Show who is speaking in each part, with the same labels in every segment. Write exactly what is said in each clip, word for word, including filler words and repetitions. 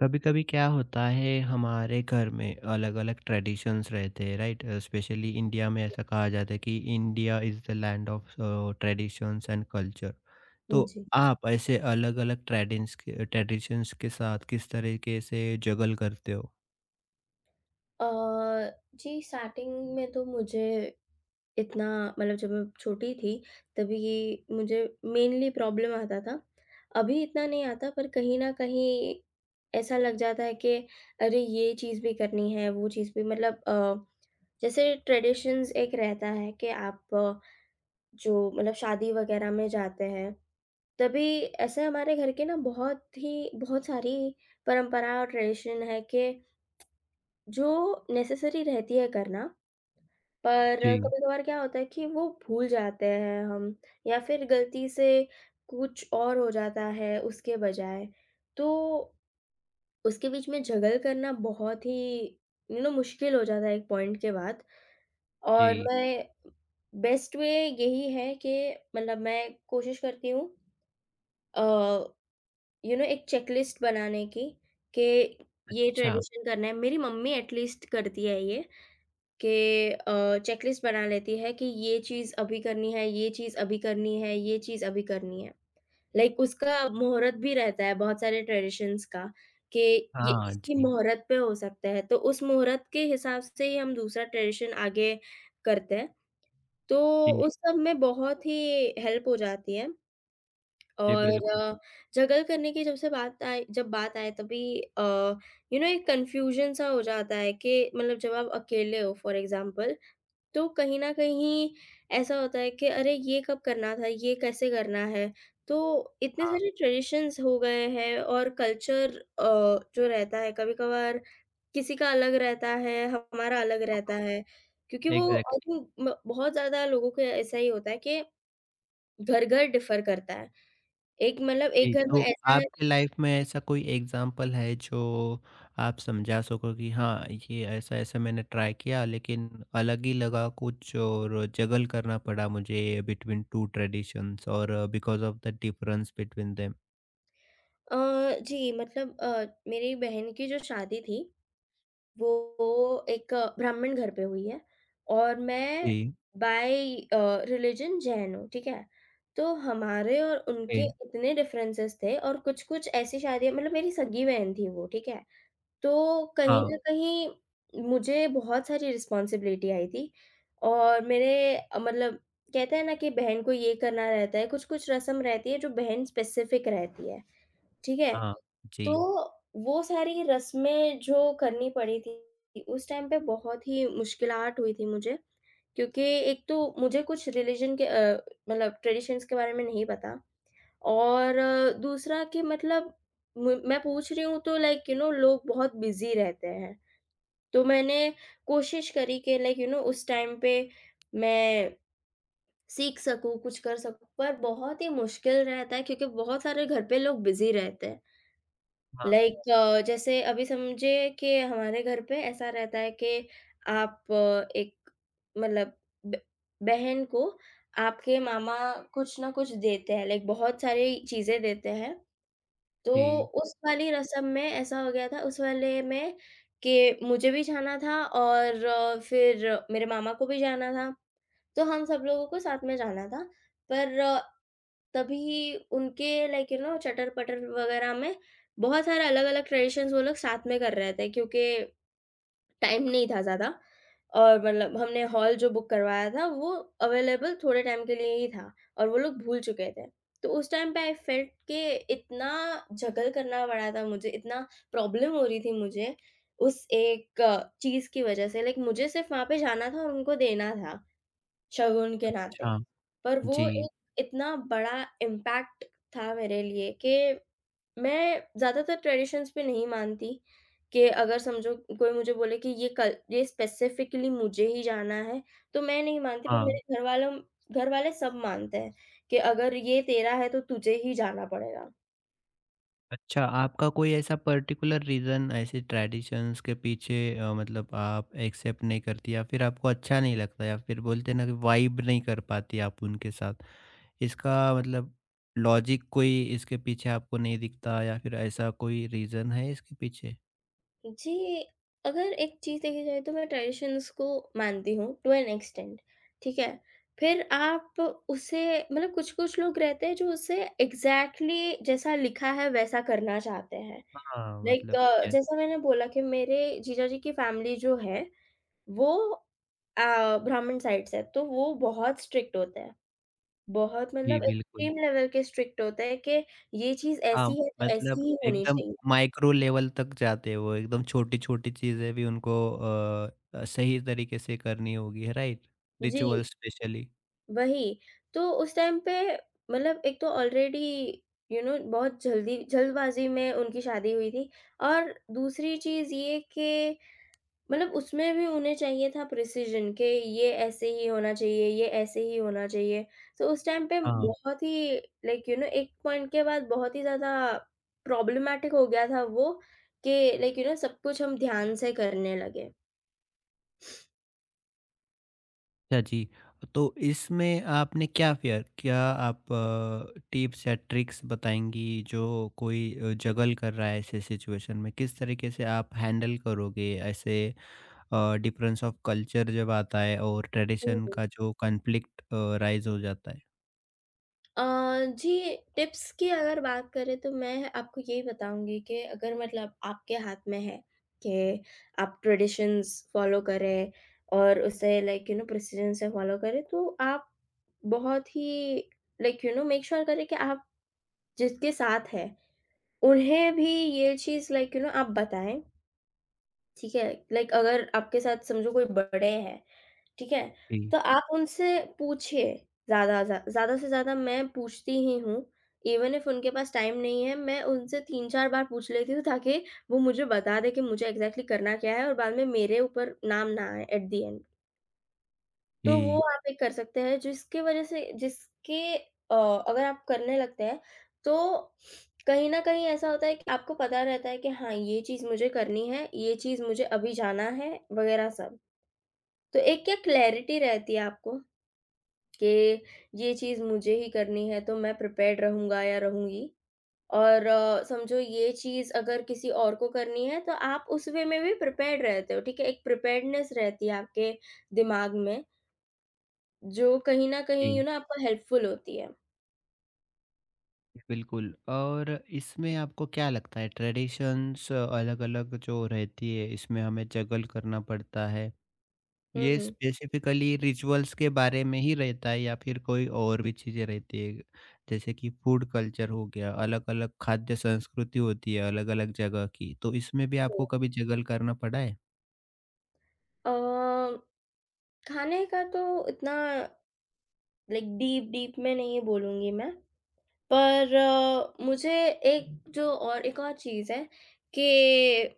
Speaker 1: कभी कभी क्या होता है हमारे घर में अलग अलग ट्रेडिशंस रहते हैं, राइट? स्पेशली इंडिया में ऐसा कहा जाता है कि India is the land of traditions and culture.
Speaker 2: जी,
Speaker 1: तो
Speaker 2: जी।
Speaker 1: आप ऐसे अलग अलग ट्रेडिशंस के ट्रेडिशंस के साथ किस तरीके से जगल करते हो?
Speaker 2: अ, जी, स्टार्टिंग में तो मुझे इतना, मतलब जब मैं छोटी थी, तभी मुझे मेनली प्रॉब्लम आता था। अभी इतना नहीं आता पर कहीं न कहीं ऐसा लग जाता है कि अरे! ये चीज़ भी करनी है, वो चीज़ भी, मतलब अ, जैसे ट्रेडिशंस एक रहता है कि आप अ, जो मतलब शादी वग़ैरह में जाते हैं, तभी ऐसे हमारे घर के ना बहुत ही बहुत सारी परंपरा और ट्रेडिशन है कि जो नेसेसरी रहती है करना, पर
Speaker 1: जी,
Speaker 2: कभी-कभार क्या होता है कि वो भूल जाते हैं हम, या फिर गलती से कुछ और हो जाता है उसके बजाय। तो उसके बीच में जगल करना बहुत ही यू नो मुश्किल हो जाता है एक पॉइंट के बाद, और
Speaker 1: जी।
Speaker 2: मैं, बेस्ट वे यही है कि मतलब मैं कोशिश करती हूँ अ, यू नो एक चेकलिस्ट बनाने की कि ये
Speaker 1: अच्छा।
Speaker 2: ट्रेडिशन करना है। मेरी मम्मी एट लीस्ट करती है ये। के अ, चेकलिस्ट बना लेती है कि ये चीज़ अभी करनी है, ये चीज़ अभी करनी है, ये चीज़ अभी करनी है। लाइक उसका मुहूर्त भी रहता है बहुत सारे ट्रेडिशंस का कि ये
Speaker 1: हाँ
Speaker 2: इसी
Speaker 1: जी।
Speaker 2: मुहूर्त पे हो सकता है, तो उस मुहूर्त के हिसाब से ही हम दूसरा ट्रेडिशन आगे करते हैं। तो
Speaker 1: जी।
Speaker 2: उस सब में बहुत ही हेल्प हो जाती है,
Speaker 1: जी बिल्कुल।
Speaker 2: और जगल करने की, जब से बात आए जब बात आए तभी अ, यू नो एक कन्फ्यूजन सा हो जाता है कि मतलब जब आप अकेले हो फॉर एग्ज़ाम्पल, तो कहीं न कहीं ऐसा होता है कि अरे! ये कब करना था, ये कैसे करना है? तो इतने
Speaker 1: हाँ।
Speaker 2: सारे ट्रेडिशंस हो गए हैं, और कल्चर अ, जो रहता है कभी-कभार, किसी का अलग रहता है, हमारा अलग रहता है। क्योंकि वो, आई
Speaker 1: एग्जैक्टली।
Speaker 2: थिंक, म बहुत ज़्यादा लोगों का ऐसा ही होता है कि घर-घर डिफ़र करता है। एक मतलब एक
Speaker 1: जी,
Speaker 2: घर में
Speaker 1: तो
Speaker 2: ऐसा है।
Speaker 1: आपके लाइफ में ऐसा कोई एग्जाम्पल है जो आप समझा सको कि हाँ, ये ऐसा-ऐसा मैंने ट्राई किया लेकिन अलग ही लगा, कुछ और जगल करना पड़ा मुझे बिटवीन दो ट्रेडिशंस और because of the difference between them?
Speaker 2: Uh, जी, मतलब अ, मेरी बहन की जो शादी थी, वो एक ब्राह्मण घर पे हुई है, और मैं
Speaker 1: जी,
Speaker 2: बाय अ, रिलिजन जैन हूँ, ठीक है? तो हमारे और उनके
Speaker 1: जी,
Speaker 2: इतने डिफरेंसेस थे, और कुछ-कुछ ऐसी शादियाँ, मतलब मेरी सगी बहन थी वो, ठीक है? तो कहीं
Speaker 1: हाँ,
Speaker 2: न कहीं मुझे बहुत सारी रिस्पॉन्सिबिलिटी आई थी, और मेरे, अ, मतलब कहते हैं ना कि बहन को ये करना रहता है, कुछ-कुछ रस्म रहती है जो बहन स्पेसिफिक रहती है, ठीक है?
Speaker 1: हाँ, जी,
Speaker 2: तो वो सारी रस्में जो करनी पड़ी थी, उस टाइम पे बहुत ही मुश्किलात हुई थी मुझे, क्योंकि एक तो मुझे कुछ रिलिजन के, अ, मतलब ट्रेडिशंस के बारे में नहीं पता, और अ, दूसरा कि मतलब म मैं पूछ रही हूँ तो, लाइक यू नो लोग बहुत बिज़ी रहते हैं। तो मैंने कोशिश करी कि, लाइक यू नो उस टाइम पे मैं सीख सकूँ, कुछ कर सकूँ, पर बहुत ही मुश्किल रहता है क्योंकि बहुत सारे घर पे लोग बिज़ी रहते हैं।
Speaker 1: हाँ,
Speaker 2: लाइक अ, जैसे अभी समझिए कि हमारे घर पे ऐसा रहता है कि आप अ, एक, मतलब, ब बहन को आपके मामा कुछ ना कुछ देते हैं, लाइक बहुत सारी चीज़ें देते हैं। तो
Speaker 1: जी,
Speaker 2: उस वाली रस्म में ऐसा हो गया था उस वाले में, कि मुझे भी जाना था, और अ, फिर मेरे मामा को भी जाना था। तो हम सब लोगों को साथ में जाना था। पर तभी उनके, लाइक यू नो चटर-पटर वगैरह में बहुत सारे अलग-अलग ट्रेडिशंस वो लोग साथ में कर रहे थे, क्योंकि टाइम नहीं था ज़्यादा, और मतलब हमने हॉल जो बुक करवाया था, वो अवेलेबल थोड़े टाइम के लिए ही था, और वो लोग भूल चुके थे। तो उस टाइम पे आई फेल्ट कि इतना जगल करना पड़ा था मुझे, इतना प्रॉब्लम हो रही थी मुझे उस एक चीज़ की वज़ह से, लाइक मुझे सिर्फ़ वहाँ पे जाना था और उनको देना था। शगुन के नाते।
Speaker 1: अच्छा,
Speaker 2: पर वो
Speaker 1: जी,
Speaker 2: एक इतना बड़ा इम्पैक्ट था मेरे लिए कि मैं ज़्यादातर ट्रेडिशंस पे नहीं मानती, कि अगर समझो कोई मुझे बोले कि ये कल ये स्पेसिफिकली मुझे ही जाना है, तो मैं नहीं मानती, पर
Speaker 1: हाँ।
Speaker 2: मेरे घरवालों घरवाले सब मानते हैं कि अगर ये तेरा है तो तुझे ही जाना पड़ेगा।
Speaker 1: अच्छा, आपका कोई ऐसा पर्टिकुलर रीज़न ऐसे ट्रेडिशंस के पीछे अ, मतलब आप एक्सेप्ट नहीं करती या फिर आपको अच्छा नहीं लगता या फिर बोलते हैं ना कि वाइब नहीं कर पाती आप उनके साथ। इसका मतलब लॉजिक कोई इसके पीछे आपको नहीं दिखता या फिर ऐसा कोई रीज़न है इसके पीछे?
Speaker 2: जी, अगर एक चीज़ देखी जाए तो मैं ट्रेडिशंस को मानती हूँ टू एन एक्सटेंट, ठीक है? फिर आप उसे, मतलब कुछ-कुछ लोग रहते हैं जो उसे एग्ज़ैक्टली जैसा लिखा है वैसा करना चाहते हैं।
Speaker 1: हाँ,
Speaker 2: लाइक
Speaker 1: मतलब
Speaker 2: like, अ,
Speaker 1: यस।
Speaker 2: जैसा मैंने बोला कि मेरे जीजा जी की फैमिली जो है, वो अ, ब्राह्मण साइड से है, तो वो बहुत स्ट्रिक्ट होते हैं। बहुत,
Speaker 1: जी
Speaker 2: मतलब
Speaker 1: बिल्कुल।
Speaker 2: एक्सट्रीम लेवल के स्ट्रिक्ट होते हैं कि ये चीज़
Speaker 1: हाँ,
Speaker 2: ऐसी है तो ऐसी
Speaker 1: मतलब
Speaker 2: ही होनी
Speaker 1: एकदम
Speaker 2: चाहिए।
Speaker 1: माइक्रो लेवल तक जाते हैं वो, एकदम छोटी-छोटी चीज़ें भी उनको अ, सही तरीके से करनी होगी, राइट?
Speaker 2: जी।
Speaker 1: Ritual specially.
Speaker 2: वही, तो उस टाइम पे मतलब एक तो ऑलरेडी यू नो बहुत जल्दी जल्दबाज़ी में उनकी शादी हुई थी, और दूसरी चीज़ ये कि मतलब उसमें भी उन्हें चाहिए था प्रिसिज़न, कि ये ऐसे ही होना चाहिए, ये ऐसे ही होना चाहिए। तो उस टाइम पे
Speaker 1: हाँ।
Speaker 2: बहुत ही, लाइक यू नो एक पॉइंट के बाद बहुत ही ज़्यादा प्रॉब्लमैटिक हो गया था वो, कि, लाइक यू नो सब कुछ हम ध्यान से करने लगे।
Speaker 1: अच्छा जी। तो इसमें आपने क्या फेयर, क्या आप अ, टिप्स या ट्रिक्स बताएँगी जो कोई अ, जगल कर रहा है ऐसे सिचुएशन में? किस तरीके से आप हैंडल करोगे ऐसे अ, डिफरेंस ऑफ कल्चर जब आता है और ट्रेडिशन का जो कॉन्फ्लिक्ट अ, राइज़ हो जाता है?
Speaker 2: अ, जी, टिप्स की अगर बात करें तो मैं आपको यही बताऊँगी कि अगर मतलब आपके हाथ में है कि आप ट्रेडिशंस फ़ॉलो करें, और उसे, लाइक यू नो प्रिसिजन से फ़ॉलो करें, तो आप बहुत ही, like you know make sure करें कि आप जिसके साथ हैं, उन्हें भी ये चीज़, लाइक यू नो आप बताएँ, ठीक है? लाइक अगर आपके साथ समझो कोई बड़े हैं, ठीक है?
Speaker 1: जी,
Speaker 2: तो आप उनसे पूछिए, ज़्यादा ज़्या ज़्यादा से ज़्यादा मैं पूछती ही हूँ। इवन इफ उनके पास टाइम नहीं है, मैं उनसे तीन चार बार पूछ लेती हूँ, ताकि वो मुझे बता दें कि मुझे एग्ज़ैक्टली करना क्या है और बाद में मेरे ऊपर नाम ना आए एट द एंड। तो वो
Speaker 1: जी।
Speaker 2: आप एक कर सकते हैं, जिसकी वज़ह से जिसके अ, अगर आप करने लगते हैं तो कहीं न कहीं ऐसा होता है कि आपको पता रहता है कि हाँ, ये चीज़ मुझे करनी है, ये चीज़ मुझे अभी जाना है वग़ैरह सब। तो एक क्या क्लैरिटी रहती है आपको, कि ये चीज़ मुझे ही करनी है तो मैं प्रिपेयर्ड रहूँगा या रहूँगी। और अ, समझो ये चीज़ अगर किसी और को करनी है तो आप उस वे में भी प्रिपेयर्ड रहते हो, ठीक है? एक प्रिपेयर्डनेस रहती है आपके दिमाग में, जो कहीं न कहीं यू
Speaker 1: जी
Speaker 2: नो आपको हेल्पफुल होती है।
Speaker 1: बिल्कुल। और इसमें आपको क्या लगता है, ट्रेडिशंस अलग-अलग जो रहती है इसमें हमें जगल करना पड़ता है।
Speaker 2: हुँ,
Speaker 1: ये
Speaker 2: हुँ।
Speaker 1: स्पेसिफिकली रिचुअल्स के बारे में ही रहता है या फिर कोई और भी चीज़ें रहती है? जैसे कि फूड कल्चर हो गया, अलग-अलग खाद्य संस्कृति होती है अलग-अलग जगह की, तो इसमें भी
Speaker 2: जी।
Speaker 1: आपको कभी जगल करना पड़ा है?
Speaker 2: अ, खाने का तो इतना, लाइक डीप डीप में नहीं बोलूँगी मैं, पर अ, मुझे एक, जो और एक और चीज़ है कि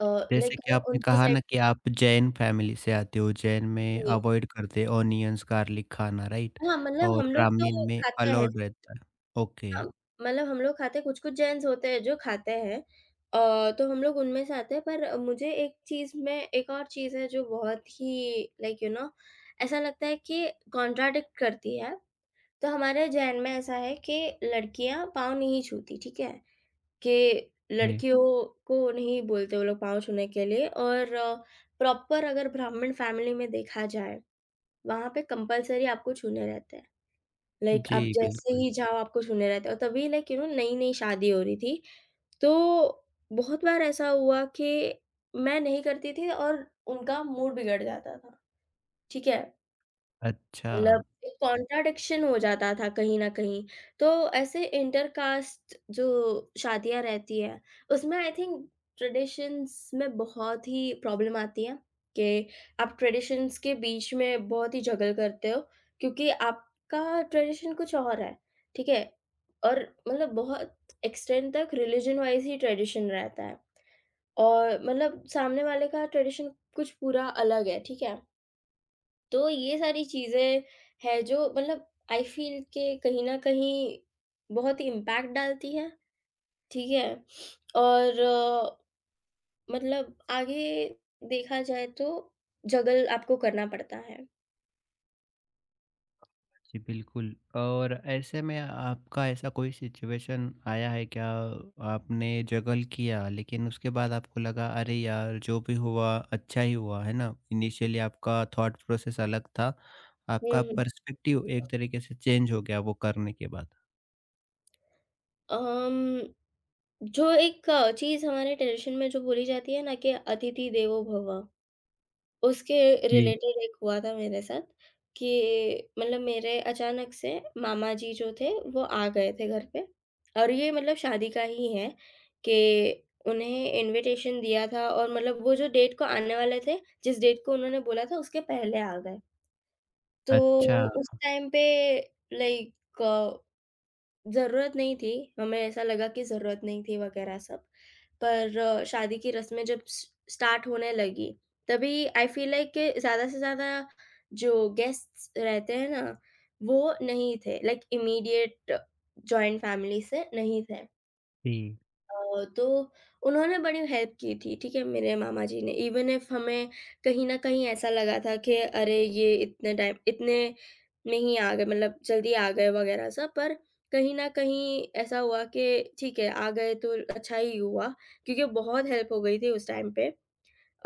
Speaker 2: अ, लाइक
Speaker 1: जैसे कि
Speaker 2: यू नो
Speaker 1: आपने
Speaker 2: उनकी
Speaker 1: कहा
Speaker 2: साइड
Speaker 1: ना कि आप जैन फैमिली से आते हो, जैन में
Speaker 2: से,
Speaker 1: अवॉइड करते हैं ऑनियंस, गार्लिक खाना, राइट?
Speaker 2: हाँ, मतलब
Speaker 1: और
Speaker 2: हम लोग तो
Speaker 1: ब्राह्मीण में
Speaker 2: खाते हैं।
Speaker 1: अलाउड रहता है। ओके।
Speaker 2: हम मतलब हम लोग खाते हैं, कुछ-कुछ जैन्स होते हैं जो खाते हैं, अ, तो हम लोग उनमें से आते हैं। पर मुझे एक चीज़ में एक और चीज़ है जो बहुत ही, लाइक यू नो ऐसा लगता है कि कॉन्ट्राडिक्ट करती है। तो हमारे जैन में ऐसा है कि लड़कियाँ पाँव नहीं छूती, ठीक है? कि
Speaker 1: जी,
Speaker 2: लड़कियों को नहीं बोलते वो लोग पाँव छूने के लिए, और प्रॉपर अगर ब्राह्मण फैमिली में देखा जाए, वहाँ पे कंपल्सरी आपको छूने रहते हैं। लाइक
Speaker 1: जी
Speaker 2: आप जैसे
Speaker 1: बिल्कुल।
Speaker 2: ही जाओ आपको सुने रहते हो, तभी, लाइक यू नो नई-नई शादी हो रही थी। तो बहुत बार ऐसा हुआ कि मैं नहीं करती थी और उनका मूड बिगड़ जाता था, ठीक है?
Speaker 1: अच्छा।
Speaker 2: मतलब एक कॉन्ट्राडिक्शन हो जाता था कहीं न कहीं। तो ऐसे इंटरकास्ट जो शादियाँ रहती हैं, उसमें आई थिंक ट्रेडिशंस में बहुत ही प्रॉब्लम आती है कि आप ट्रेडिशंस के बीच में बहुत ही जगल करते हो, क्योंकि आपका ट्रेडिशन कुछ और है, ठीक है? और मतलब बहुत एक्सटेंड तक रिलिजन वाइज़ ही ट्रेडिशन रहता है, और मतलब सामने वाले का ट्रेडिशन कुछ पूरा अलग है, ठीक है? तो ये सारी चीज़ें हैं जो, मतलब आई फ़ील के कहीं न कहीं बहुत ही इम्पैक्ट डालती है, ठीक है? और अ, मतलब आगे देखा जाए तो जगल आपको करना पड़ता है।
Speaker 1: जी बिल्कुल। और ऐसे में आपका ऐसा कोई सिचुएशन आया है क्या, आपने जगल किया लेकिन उसके बाद आपको लगा अरे यार जो भी हुआ अच्छा ही हुआ है? ना इनिशियली आपका थॉट प्रोसेस अलग था,
Speaker 2: हुँ,
Speaker 1: आपका
Speaker 2: हुँ।
Speaker 1: पर्सपेक्टिव एक तरीके से चेंज हो गया वो करने के बाद।
Speaker 2: अम, जो एक चीज़ हमारे ट्रेडिशन में जो बोली जाती है ना कि अतिथि देवो भव। उसके
Speaker 1: जी।
Speaker 2: रिलेटेड एक हुआ था मेरे साथ, कि मतलब मेरे अचानक से मामा जी जो थे वो आ गए थे घर पे, और ये मतलब शादी का ही है, कि उन्हें इनविटेशन दिया था, और मतलब वो जो डेट को आने वाले थे, जिस डेट को उन्होंने बोला था उसके पहले आ गए। तो
Speaker 1: अच्छा
Speaker 2: उस टाइम पे, लाइक, ज़रूरत नहीं थी, हमें ऐसा लगा कि ज़रूरत नहीं थी वगैरह सब। पर अ, शादी की रस्में जब स स्टार्ट होने लगी, तभी आई फ़ील लाइक कि ज़्यादा से ज़्यादा जो गेस्ट्स रहते हैं ना, वो नहीं थे, लाइक इमीडिएट जॉइंट फ़ैमिली से नहीं थे।
Speaker 1: जी,
Speaker 2: अ, तो उन्होंने बड़ी हेल्प की थी, ठीक है, मेरे मामा जी ने, इवन इफ हमें कहीं न कहीं ऐसा लगा था कि अरे! ये इतने टाइम इतने में ही आ गए, मतलब जल्दी आ गए वगैरह सब, पर कहीं न कहीं ऐसा हुआ कि ठीक है, आ गए तो अच्छा ही हुआ, क्योंकि बहुत हेल्प हो गई थी उस टाइम पे।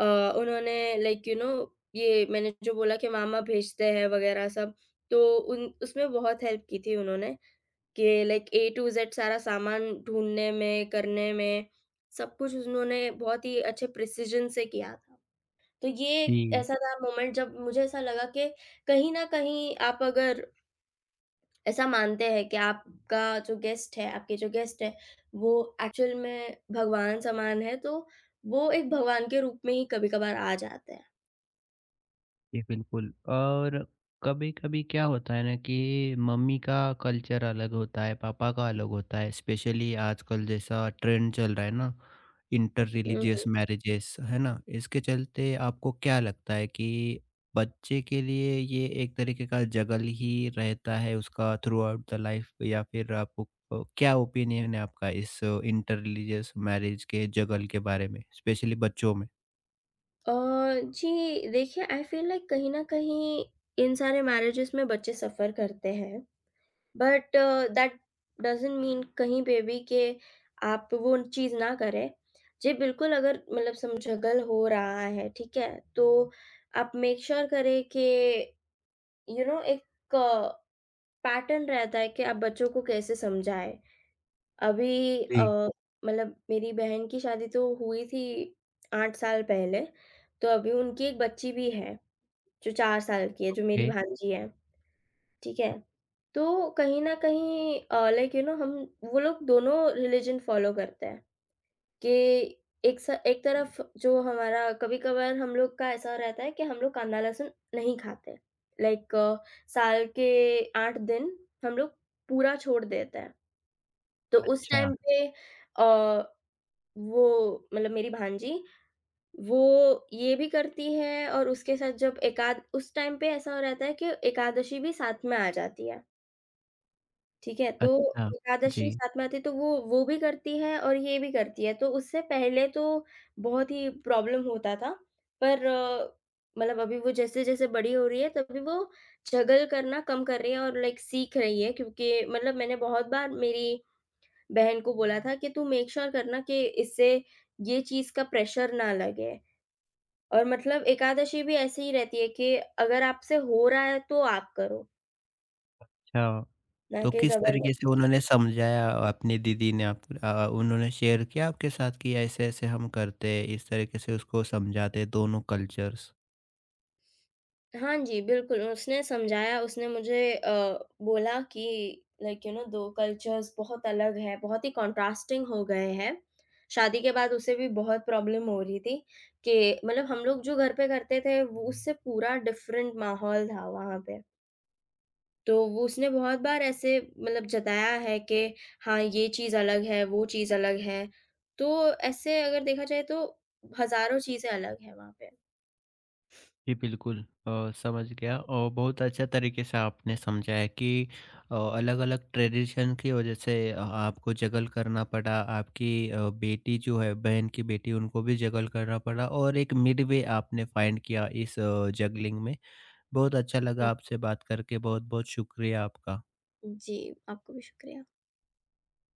Speaker 2: अ, उन्होंने, लाइक यू नो ये मैंने जो बोला कि मामा भेजते हैं वगैरह सब, तो उन उसमें बहुत हेल्प की थी उन्होंने। के लाइक ए टू ज़ेड सारा सामान ढूँढने में, करने में, सब कुछ उन्होंने बहुत ही अच्छे प्रिसिज़न से किया था। तो ये एक
Speaker 1: जी।
Speaker 2: ऐसा था मोमेंट जब मुझे ऐसा लगा कि कहीं न कहीं आप अगर ऐसा मानते हैं कि आपका जो गेस्ट है, आपके जो गेस्ट है, वो एक्चुअल में भगवान समान है, तो वो एक भगवान के रूप में ही कभी-कभार आ जाते हैं।
Speaker 1: जी बिल्कुल। और कभी-कभी क्या होता है ना कि मम्मी का कल्चर अलग होता है, पापा का अलग होता है, स्पेशली आजकल जैसा ट्रेंड चल रहा है ना, inter
Speaker 2: hmm,
Speaker 1: religious
Speaker 2: hmm.
Speaker 1: Marriages, है ना? इसके चलते आपको क्या लगता है कि बच्चे के लिए ये एक तरीके का जगल ही रहता है उसका थ्रू आउट द लाइफ? या फिर आपको अ, क्या ओपिनियन है आपका इस इंटर रिलीजियस मैरिज के जगल के बारे में, स्पेशली बच्चों में?
Speaker 2: अ, जी, देखिए, आई फ़ील लाइक कहीं न कहीं इन सारे मैरेजेज़ में बच्चे सफ़र करते हैं। बट दैट डज़न्ट मीन कहीं पे भी कि आप वो चीज़ ना करें। जी, बिल्कुल, अगर मतलब समझगल हो रहा है, ठीक है? तो आप मेक श्योर करें कि यू नो एक पैटर्न रहता है कि आप बच्चों को कैसे समझाएँ। अभी अ,
Speaker 1: जी।
Speaker 2: मतलब मेरी बहन की शादी तो हुई थी 8 साल पहले, तो अभी उनकी एक बच्ची भी है, जो 4 साल की है, जो मेरी
Speaker 1: ओके,
Speaker 2: भांजी है। ठीक है। तो कहीं न कहीं अ, लाइक यू नो हम वो लोग दोनों रिलिजन फ़ॉलो करते हैं, कि एक स एक तरफ जो हमारा, कभी-कभार हम लोग का ऐसा रहता है कि हम लोग कांदा लहसुन नहीं खाते। लाइक साल के 8 दिन हम लोग पूरा छोड़ देते हैं। तो उस
Speaker 1: अच्छा।
Speaker 2: टाइम पे अ, वो, मतलब मेरी भांजी, वो ये भी करती है, और उसके साथ जब एकाद उस टाइम पे ऐसा रहता है कि एकादशी भी साथ में आ जाती है। ठीक है, तो
Speaker 1: अच्छा, जी,
Speaker 2: एकादशी साथ में आती है तो वो वो भी करती है और ये भी करती है, तो उससे पहले तो बहुत ही प्रॉब्लम होता था, पर अ, मतलब अभी वो जैसे-जैसे बड़ी हो रही है, तभी वो झगड़ करना कम कर रही है और लाइक सीख रही है, क्योंकि मतलब मैंने बहुत बार मेरी बहन को बोला था कि तू मेक श्योर करना कि इससे ये चीज़ का प्रेशर ना लगे, और मतलब एकादशी भी ऐसे ही रहती है कि अगर आपसे हो रहा है तो आप करो,
Speaker 1: अच्छा।
Speaker 2: ना
Speaker 1: तो
Speaker 2: कि
Speaker 1: किस तरीके से
Speaker 2: ज़बरदस्ती।
Speaker 1: उन्होंने समझाया, अपनी दीदी ने आपको अ, उन्होंने शेयर किया आपके साथ कि ऐसे-ऐसे हम करते हैं, इस तरीके से उसको समझाते दोनों कल्चर्स?
Speaker 2: हाँ जी, बिल्कुल, उसने समझाया, उसने मुझे अ, बोला कि, लाइक यू नो 2 कल्चर्स बहुत अलग हैं, बहुत ही कॉन्ट्रास्टिंग हो गए हैं। शादी के बाद उसे भी बहुत प्रॉब्लम हो रही थी कि मतलब हम लोग जो घर पे करते थे, वो उससे पूरा डिफरेंट माहौल था वहाँ पे। तो वो उसने बहुत बार ऐसे, मतलब, जताया है कि हाँ, ये चीज़ अलग है, वो चीज़ अलग है। तो ऐसे अगर देखा जाए तो हज़ारों चीज़ें अलग हैं वहाँ पे।
Speaker 1: जी बिल्कुल। अ, समझ गया और बहुत अच्छा तरीके से आपने समझाया कि अ, अलग-अलग ट्रेडिशन की वजह से अ, आपको जगल करना पड़ा, आपकी अ, बेटी जो है, बहन की बेटी, उनको भी जगल करना पड़ा और एक मिड वे आपने फाइंड किया इस अ, जगलिंग में। बहुत अच्छा लगा आपसे बात करके। बहुत बहुत शुक्रिया आपका।
Speaker 2: जी, आपको भी शुक्रिया।